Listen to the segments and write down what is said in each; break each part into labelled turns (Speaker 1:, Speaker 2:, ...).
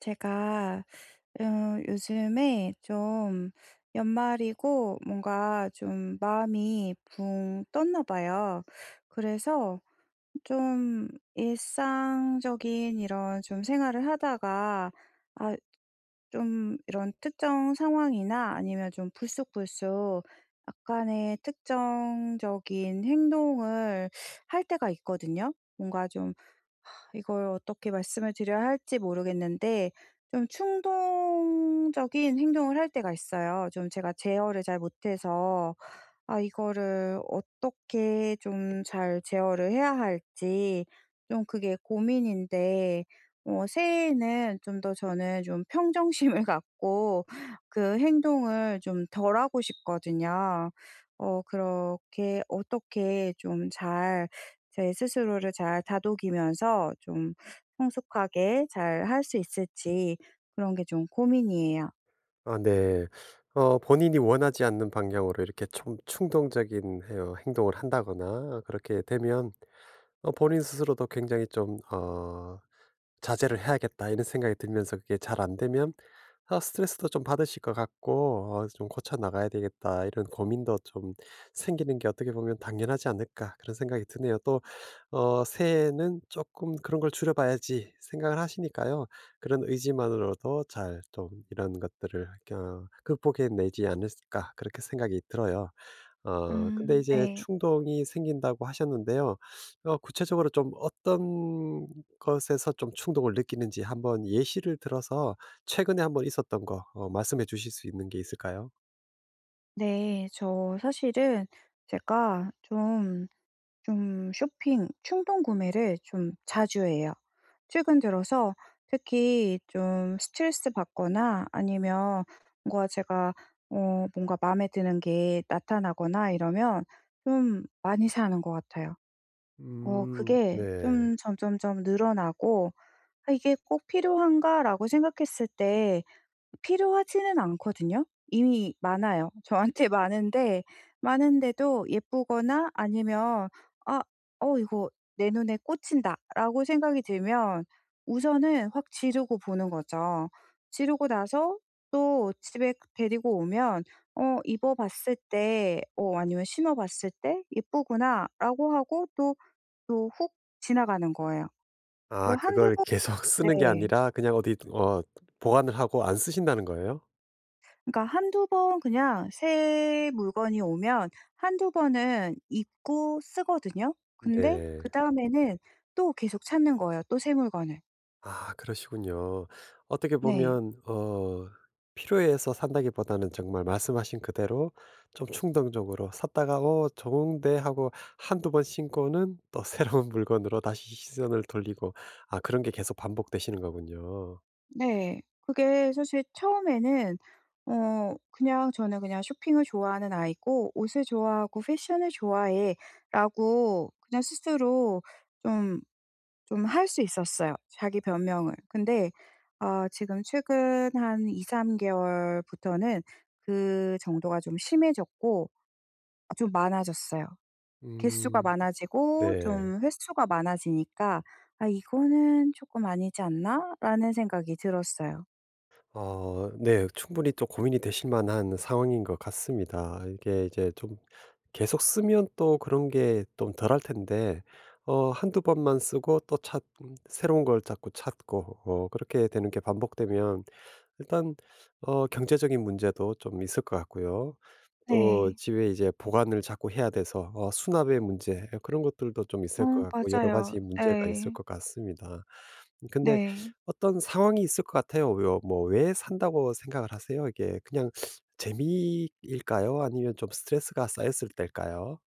Speaker 1: 제가 요즘에 좀 연말이고 뭔가 좀 마음이 붕 떴나 봐요. 그래서 좀 일상적인 이런 좀 생활을 하다가 아, 좀 이런 특정 상황이나 아니면 좀 불쑥불쑥 약간의 특정적인 행동을 할 때가 있거든요. 뭔가 좀 이걸 어떻게 말씀을 드려야 할지 모르겠는데 좀 충동적인 행동을 할 때가 있어요. 좀 제가 제어를 잘 못해서 아 이거를 어떻게 좀 잘 제어를 해야 할지 좀 그게 고민인데 어 새해에는 좀 더 저는 좀 평정심을 갖고 그 행동을 좀 덜 하고 싶거든요. 어 그렇게 어떻게 좀 잘 제 스스로를 잘 다독이면서 좀 성숙하게 잘 할 수 있을지 그런 게 좀 고민이에요.
Speaker 2: 네. 본인이 원하지 않는 방향으로 이렇게 좀 충동적인 해요 행동을 한다거나 그렇게 되면 어 본인 스스로도 굉장히 좀 '자제를 해야겠다.' 이런 생각이 들면서 그게 잘 안 되면, 아, 스트레스도 좀 받으실 것 같고, '어 좀 고쳐 나가야 되겠다.' 이런 고민도 좀 생기는 게 어떻게 보면 '당연하지 않을까.' 그런 생각이 드네요. 또 새해에는 조금 '그런 걸 줄여 봐야지.' 생각을 하시니까요. 그런 의지만으로도 잘 좀 이런 것들을 '극복해 내지 않을까.' 그렇게 생각이 들어요. 근데 이제
Speaker 1: 네.
Speaker 2: 충동이 생긴다고 하셨는데요. 구체적으로 좀 어떤 것에서 좀 충동을 느끼는지 한번 예시를 들어서 최근에 한번 있었던 거 말씀해 주실 수 있는 게 있을까요?
Speaker 1: 네. 저 사실은 제가 좀 쇼핑 충동 구매를 좀 자주 해요. 최근 들어서 특히 좀 스트레스 받거나 아니면 뭔가 제가 어 뭔가 마음에 드는 게 나타나거나 이러면 좀 많이 사는 것 같아요. 어
Speaker 2: 음,
Speaker 1: 그게
Speaker 2: 네.
Speaker 1: 좀 점점점 늘어나고 '아 이게 꼭 필요한가?'라고 생각했을 때 필요하지는 않거든요. 이미 많아요. 저한테 많은데 많은데도 예쁘거나 아니면 '아 어 이거 내 눈에 꽂힌다.'라고 생각이 들면 우선은 확 지르고 보는 거죠. 지르고 나서 또 집에 데리고 오면 어 입어 봤을 때 어 아니면 신어 봤을 때 '예쁘구나.'라고 하고 또 또 훅 지나가는 거예요.
Speaker 2: 아,
Speaker 1: 또 한두
Speaker 2: 그걸
Speaker 1: 번
Speaker 2: 계속 쓰는 게
Speaker 1: 네.
Speaker 2: 아니라 그냥 어디 보관을 하고 안 쓰신다는 거예요?
Speaker 1: 그러니까 한두 번 그냥 새 물건이 오면 한두 번은 입고 쓰거든요. 근데
Speaker 2: 네.
Speaker 1: 그다음에는 또 계속 찾는 거예요, 또 새 물건을.
Speaker 2: 아, 그러시군요. 어떻게
Speaker 1: 네.
Speaker 2: 보면 필요해서 산다기보다는 정말 말씀하신 그대로 좀 충동적으로 샀다가 '어 좋은데.' 하고 한두 번 신고는 또 새로운 물건으로 다시 시선을 돌리고, 아, 그런 게 계속 반복되시는 거군요.
Speaker 1: 네. 그게 사실 처음에는 어 그냥 저는 그냥 '쇼핑을 좋아하는 아이고 옷을 좋아하고 패션을 좋아해.'라고 그냥 스스로 좀 좀 할 수 있었어요, 자기 변명을. 근데 아 지금 최근 한 2-3 개월부터는 그 정도가 좀 심해졌고 아 좀 많아졌어요. 개수가
Speaker 2: 음,
Speaker 1: 많아지고
Speaker 2: 네.
Speaker 1: 좀 횟수가 많아지니까 '아 이거는 쪼끔 아니지 않나?'라는 생각이 들었어요.
Speaker 2: 어, 네. 충분히 또 고민이 되실 만한 상황인 것 같습니다. 이게 이제 좀 계속 쓰면 또 그런 게 좀 덜할 텐데, 어두 번만 쓰고 또 찾 새로운 걸 자꾸 찾고, 그렇게 되는 게 반복되면, 일단 경제적인 문제도 좀 있을 것 같고요. 또
Speaker 1: 네.
Speaker 2: 집에 이제 보관을 자꾸 해야 돼서 수납의 문제, 예, 그런 것들도 좀
Speaker 1: 어
Speaker 2: 있을 것 같고, 여러
Speaker 1: 맞아요.
Speaker 2: 가지 문제가 있을
Speaker 1: 네.
Speaker 2: 것 같습니다. 근데
Speaker 1: 네.
Speaker 2: 어떤 상황이 있을 것 같아요. 요 뭐 왜 산다고 생각을 하세요? 이게 그냥 재미일까요? 아니면 좀 스트레스가 쌓였을 때일까요?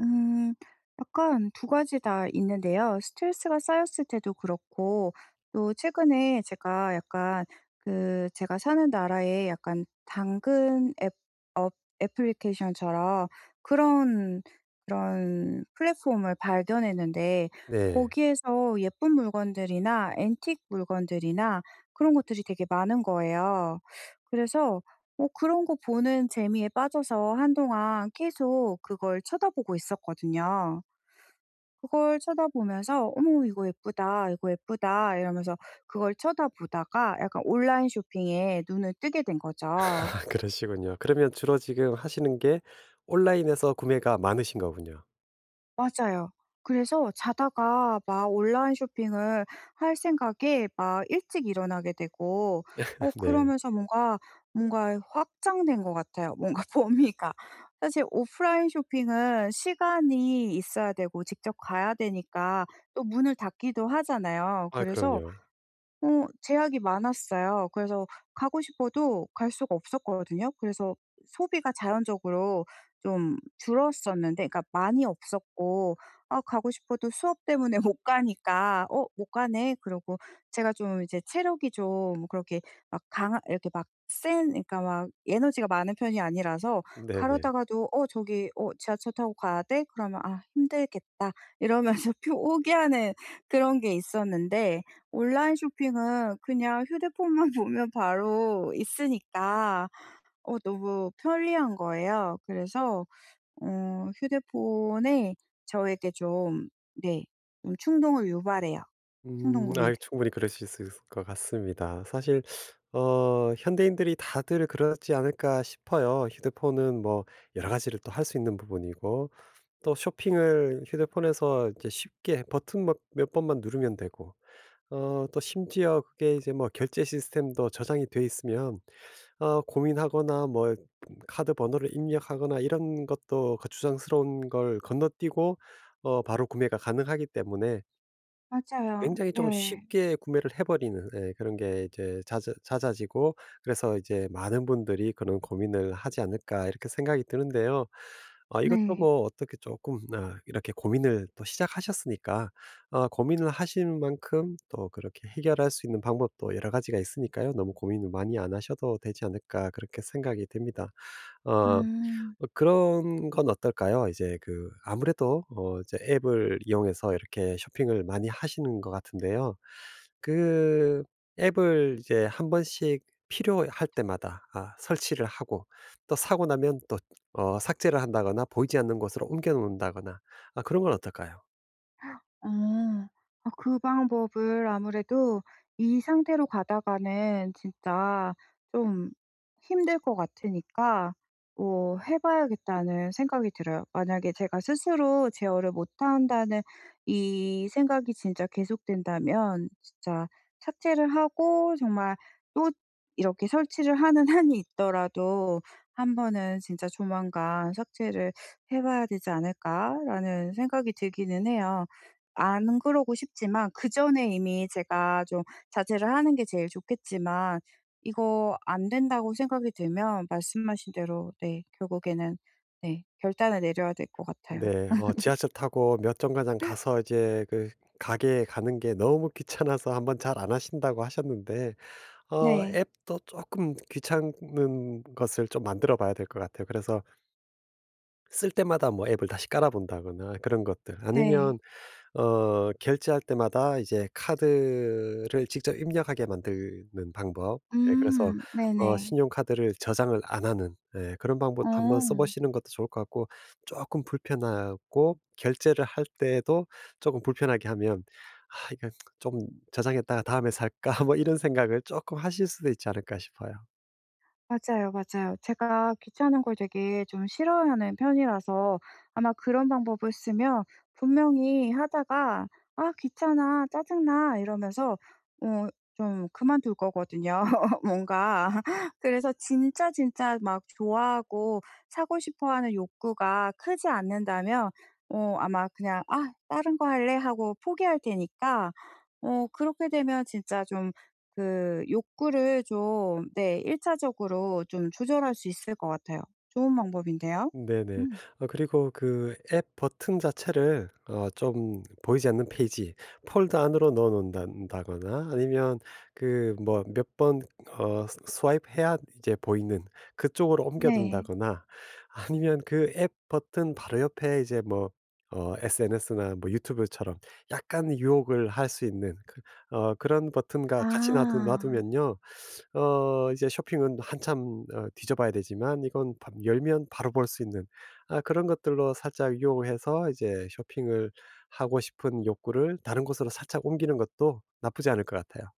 Speaker 1: 음 약간 두 가지 다 있는데요. 스트레스가 쌓였을 때도 그렇고 또 최근에 제가 약간 그 제가 사는 나라에 약간 당근 앱 업 애플리케이션처럼 그런, 그런 플랫폼을 발견했는데
Speaker 2: 네.
Speaker 1: 거기에서 예쁜 물건들이나 앤틱 물건들이나 그런 것들이 되게 많은 거예요. 그래서 뭐 그런 거 보는 재미에 빠져서 한동안 계속 그걸 쳐다보고 있었거든요. 그걸 쳐다보면서 '어머 이거 예쁘다. 이거 예쁘다.' 이러면서 그걸 쳐다보다가 약간 온라인 쇼핑에 눈을 뜨게 된 거죠.
Speaker 2: 아, 그러시군요. 그러면 주로 지금 하시는 게 온라인에서 구매가 많으신 거군요.
Speaker 1: 맞아요. 그래서 자다가 막 온라인 쇼핑을 할 생각에 막 일찍 일어나게 되고 어
Speaker 2: 네.
Speaker 1: 그러면서 뭔가, 뭔가 확장된 것 같아요 뭔가 범위가. 사실 오프라인 쇼핑은 시간이 있어야 되고 직접 가야 되니까 또 문을 닫기도 하잖아요.
Speaker 2: 아,
Speaker 1: 그래서
Speaker 2: 그럼요.
Speaker 1: 어 제약이 많았어요. 그래서 가고 싶어도 갈 수가 없었거든요. 그래서 소비가 자연적으로 좀 줄었었는데 그러니까 많이 없었고 아 가고 싶어도 수업 때문에 못 가니까 '어 못 가네.' 그러고 제가 좀 이제 체력이 좀 그렇게 막 강 이렇게 막 센 그러니까 막 에너지가 많은 편이 아니라서
Speaker 2: 네네.
Speaker 1: 가려다가도 '어 저기 어 지하철 타고 가야 돼?' 그러면 '아 힘들겠다.' 이러면서 포기하는 그런 게 있었는데 온라인 쇼핑은 그냥 휴대폰만 보면 바로 있으니까 어 너무 편리한 거예요. 그래서 어 휴대폰에 저에게 좀 네 좀 충동을 유발해요, 충동
Speaker 2: 음. 아,
Speaker 1: 구매를.
Speaker 2: 충분히 그러실 수 있을 것 같습니다. 사실 현대인들이 다들 그렇지 않을까 싶어요. 휴대폰은 뭐 여러 가지를 또 할 수 있는 부분이고, 또 쇼핑을 휴대폰에서 이제 쉽게 버튼 몇 번만 누르면 되고, 또 심지어 그게 이제 뭐 결제 시스템도 저장이 돼 있으면, 고민하거나 뭐 카드 번호를 입력하거나 이런 것도 거추장스러운 걸 건너뛰고 바로 구매가 가능하기 때문에
Speaker 1: 맞아요.
Speaker 2: 굉장히 좀
Speaker 1: 네.
Speaker 2: 쉽게 구매를 해 버리는, 예, 그런 게 이제 잦아지고, 그래서 이제 '많은 분들이 그런 고민을 하지 않을까.' 이렇게 생각이 드는데요. 아, 이것도
Speaker 1: 네.
Speaker 2: 뭐 어떻게 조금, 아, 이렇게 고민을 또 시작하셨으니까, 아, 고민을 하신 만큼 또 그렇게 해결할 수 있는 방법도 여러 가지가 있으니까요. 너무 고민을 많이 안 하셔도 되지 않을까 그렇게 생각이 됩니다. 어
Speaker 1: 음.
Speaker 2: 그런 건 어떨까요? 이제 그 아무래도 이제 앱을 이용해서 이렇게 쇼핑을 많이 하시는 것 같은데요. 그 앱을 이제 한 번씩 필요할 때마다, 아, 설치를 하고 또 사고 나면 또 삭제를 한다거나 보이지 않는 곳으로 옮겨 놓는다거나, 아, 그런 건 어떨까요?
Speaker 1: 아. 아 그 방법을 아무래도 이 상태로 가다가는 진짜 좀 힘들 것 같으니까 뭐 '해 봐야겠다.'는 생각이 들어요. 만약에 제가 스스로 제어를 못한다는 이 생각이 진짜 계속된다면 진짜 삭제를 하고 정말 또 이렇게 설치를 하는 한이 있더라도 '한 번은 진짜 조만간 삭제를 해 봐야 되지 않을까.'라는 생각이 들기는 해요. 안 그러고 싶지만 그전에 이미 제가 좀 자제를 하는 게 제일 좋겠지만 이거 안 된다고 생각이 들면 말씀하신 대로 네 결국에는 네 결단을 내려야 될 것 같아요.
Speaker 2: 네. 지하철 타고 몇 정거장 가서 이제 그 가게에 가는 게 너무 귀찮아서 한번 잘 안 하신다고 하셨는데,
Speaker 1: 네.
Speaker 2: 앱도 조금 귀찮은 것을 좀 만들어 봐야 될 것 같아요. 그래서 쓸 때마다 뭐 앱을 다시 깔아 본다거나 그런 것들.
Speaker 1: 네.
Speaker 2: 아니면 결제할 때마다 이제 카드를 직접 입력하게 만드는 방법. 예, 그래서
Speaker 1: 네네.
Speaker 2: 신용카드를 저장을 안 하는, 예, 그런 방법 한번 써
Speaker 1: 어.
Speaker 2: 보시는 것도 좋을 것 같고, 조금 불편하고 결제를 할 때도 조금 불편하게 하면 '아 이거 좀 저장했다가 다음에 살까?' 뭐 이런 생각을 조금 하실 수도 있지 않을까 싶어요.
Speaker 1: 맞아요, 맞아요. 제가 귀찮은 걸 되게 좀 싫어하는 편이라서 아마 그런 방법을 쓰면 분명히 하다가 '아 귀찮아. 짜증나.' 이러면서 어 좀 그만둘 거거든요 뭔가. 그래서 진짜 진짜 막 좋아하고 사고 싶어하는 욕구가 크지 않는다면 어 아마 그냥 '아 다른 거 할래.' 하고 포기할 테니까 어 그렇게 되면 진짜 좀 그 욕구를 좀 네 1차적으로 차적으로 좀 조절할 수 있을 것 같아요. 좋은 방법인데요.
Speaker 2: 네네.
Speaker 1: 음.
Speaker 2: 어, 그리고 그 앱 버튼 자체를 좀 보이지 않는 페이지 폴더 안으로 넣어 놓는다거나, 아니면 그 뭐 몇 번 스와이프해야 이제 보이는 그쪽으로 옮겨
Speaker 1: 네.
Speaker 2: 둔다거나, 아니면 그 앱 버튼 바로 옆에 이제 뭐 SNS나 뭐 유튜브처럼 약간 유혹을 할 수 있는 그런 버튼과 같이 놔두 놔
Speaker 1: 아.
Speaker 2: 두면요. 이제 쇼핑은 한참 뒤져봐야 되지만 이건 밤 열면 바로 볼 수 있는, 아, 그런 것들로 살짝 유혹해서 이제 쇼핑을 하고 싶은 욕구를 다른 곳으로 살짝 옮기는 것도 나쁘지 않을 것 같아요.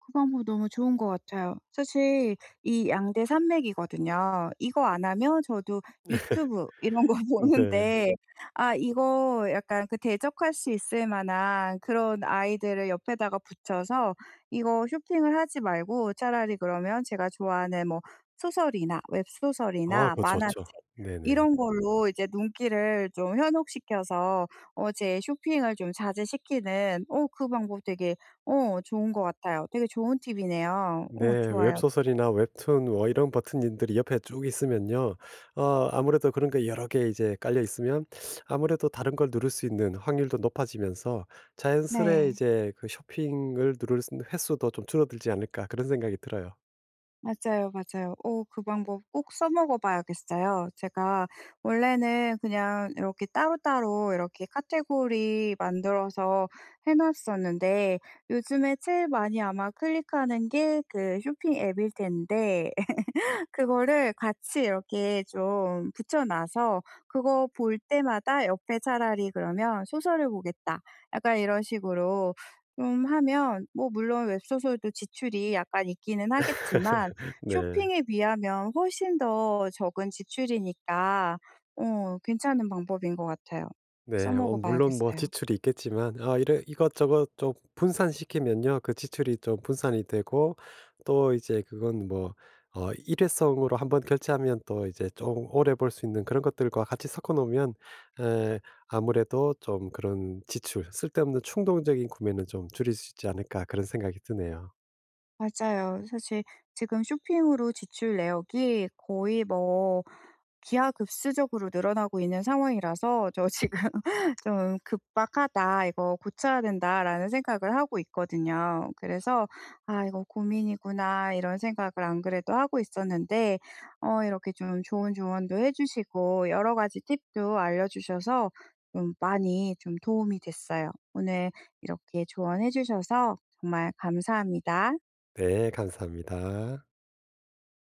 Speaker 1: 그 방법 너무 좋은 것 같아요. 사실 이 양대 산맥이거든요. 이거 안 하면 저도 유튜브 이런 거 보는데
Speaker 2: 네.
Speaker 1: 네. 아 이거 약간 그 대적할 수 있을 만한 그런 아이들을 옆에다가 붙여서 이거 쇼핑을 하지 말고 차라리 그러면 제가 좋아하는 뭐 소설이나
Speaker 2: 아,
Speaker 1: 웹소설이나
Speaker 2: 그거
Speaker 1: 만화책
Speaker 2: 좋죠. 네네.
Speaker 1: 이런 걸로 이제 눈길을 좀 현혹시켜서 어 제 쇼핑을 좀 자제시키는 어 그 방법 되게 어 좋은 것 같아요. 되게 좋은 팁이네요.
Speaker 2: 네.
Speaker 1: 어 좋아요.
Speaker 2: 웹소설이나 웹툰 뭐 이런 버튼들이 옆에 쭉 있으면요. 어 아무래도 그런 게 여러 개 이제 깔려 있으면, 아무래도 다른 걸 누를 수 있는 확률도 높아지면서 자연스레
Speaker 1: 네.
Speaker 2: 이제 그 '쇼핑을 누를 수 있는 횟수도 좀 줄어들지 않을까.' 그런 생각이 들어요.
Speaker 1: 맞아요, 맞아요. 어 그 방법 꼭 써먹어 봐야겠어요. 제가 원래는 그냥 이렇게 따로따로 이렇게 카테고리 만들어서 해 놨었는데 요즘에 제일 많이 아마 클릭하는 게 그 쇼핑 앱일 텐데 그거를 같이 이렇게 좀 붙여 놔서 그거 볼 때마다 옆에 차라리 그러면 '소설을 보겠다.' 약간 이런 식으로 좀 하면 뭐 물론 웹소설도 지출이 약간 있기는 하겠지만
Speaker 2: 네.
Speaker 1: 쇼핑에 비하면 훨씬 더 적은 지출이니까 어 괜찮은 방법인 것 같아요.
Speaker 2: 네.
Speaker 1: 써먹어
Speaker 2: 물론 뭐
Speaker 1: 봐야겠어요.
Speaker 2: 지출이 있겠지만, 아, 이래 이것저것 좀 분산시키면요. 그 지출이 좀 분산이 되고, 또 이제 그건 뭐 일회성으로 한번 결제하면 또 이제 좀 오래 볼 수 있는 그런 것들과 같이 섞어 놓으면, 에 아무래도 좀 그런 지출, '쓸데없는 충동적인 구매는 좀 줄일 수 있지 않을까.' 그런 생각이 드네요.
Speaker 1: 맞아요. 사실 지금 쇼핑으로 지출 내역이 거의 뭐 기하급수적으로 늘어나고 있는 상황이라서 저 지금 '좀 급박하다. 이거 고쳐야 된다.'라는 생각을 하고 있거든요. 그래서 '아 이거 고민이구나.' 이런 생각을 안 그래도 하고 있었는데 어 이렇게 좀 좋은 조언도 해 주시고 여러 가지 팁도 알려 주셔서 좀 많이 좀 도움이 됐어요. 오늘 이렇게 조언해 주셔서 정말 감사합니다.
Speaker 2: 네. 감사합니다.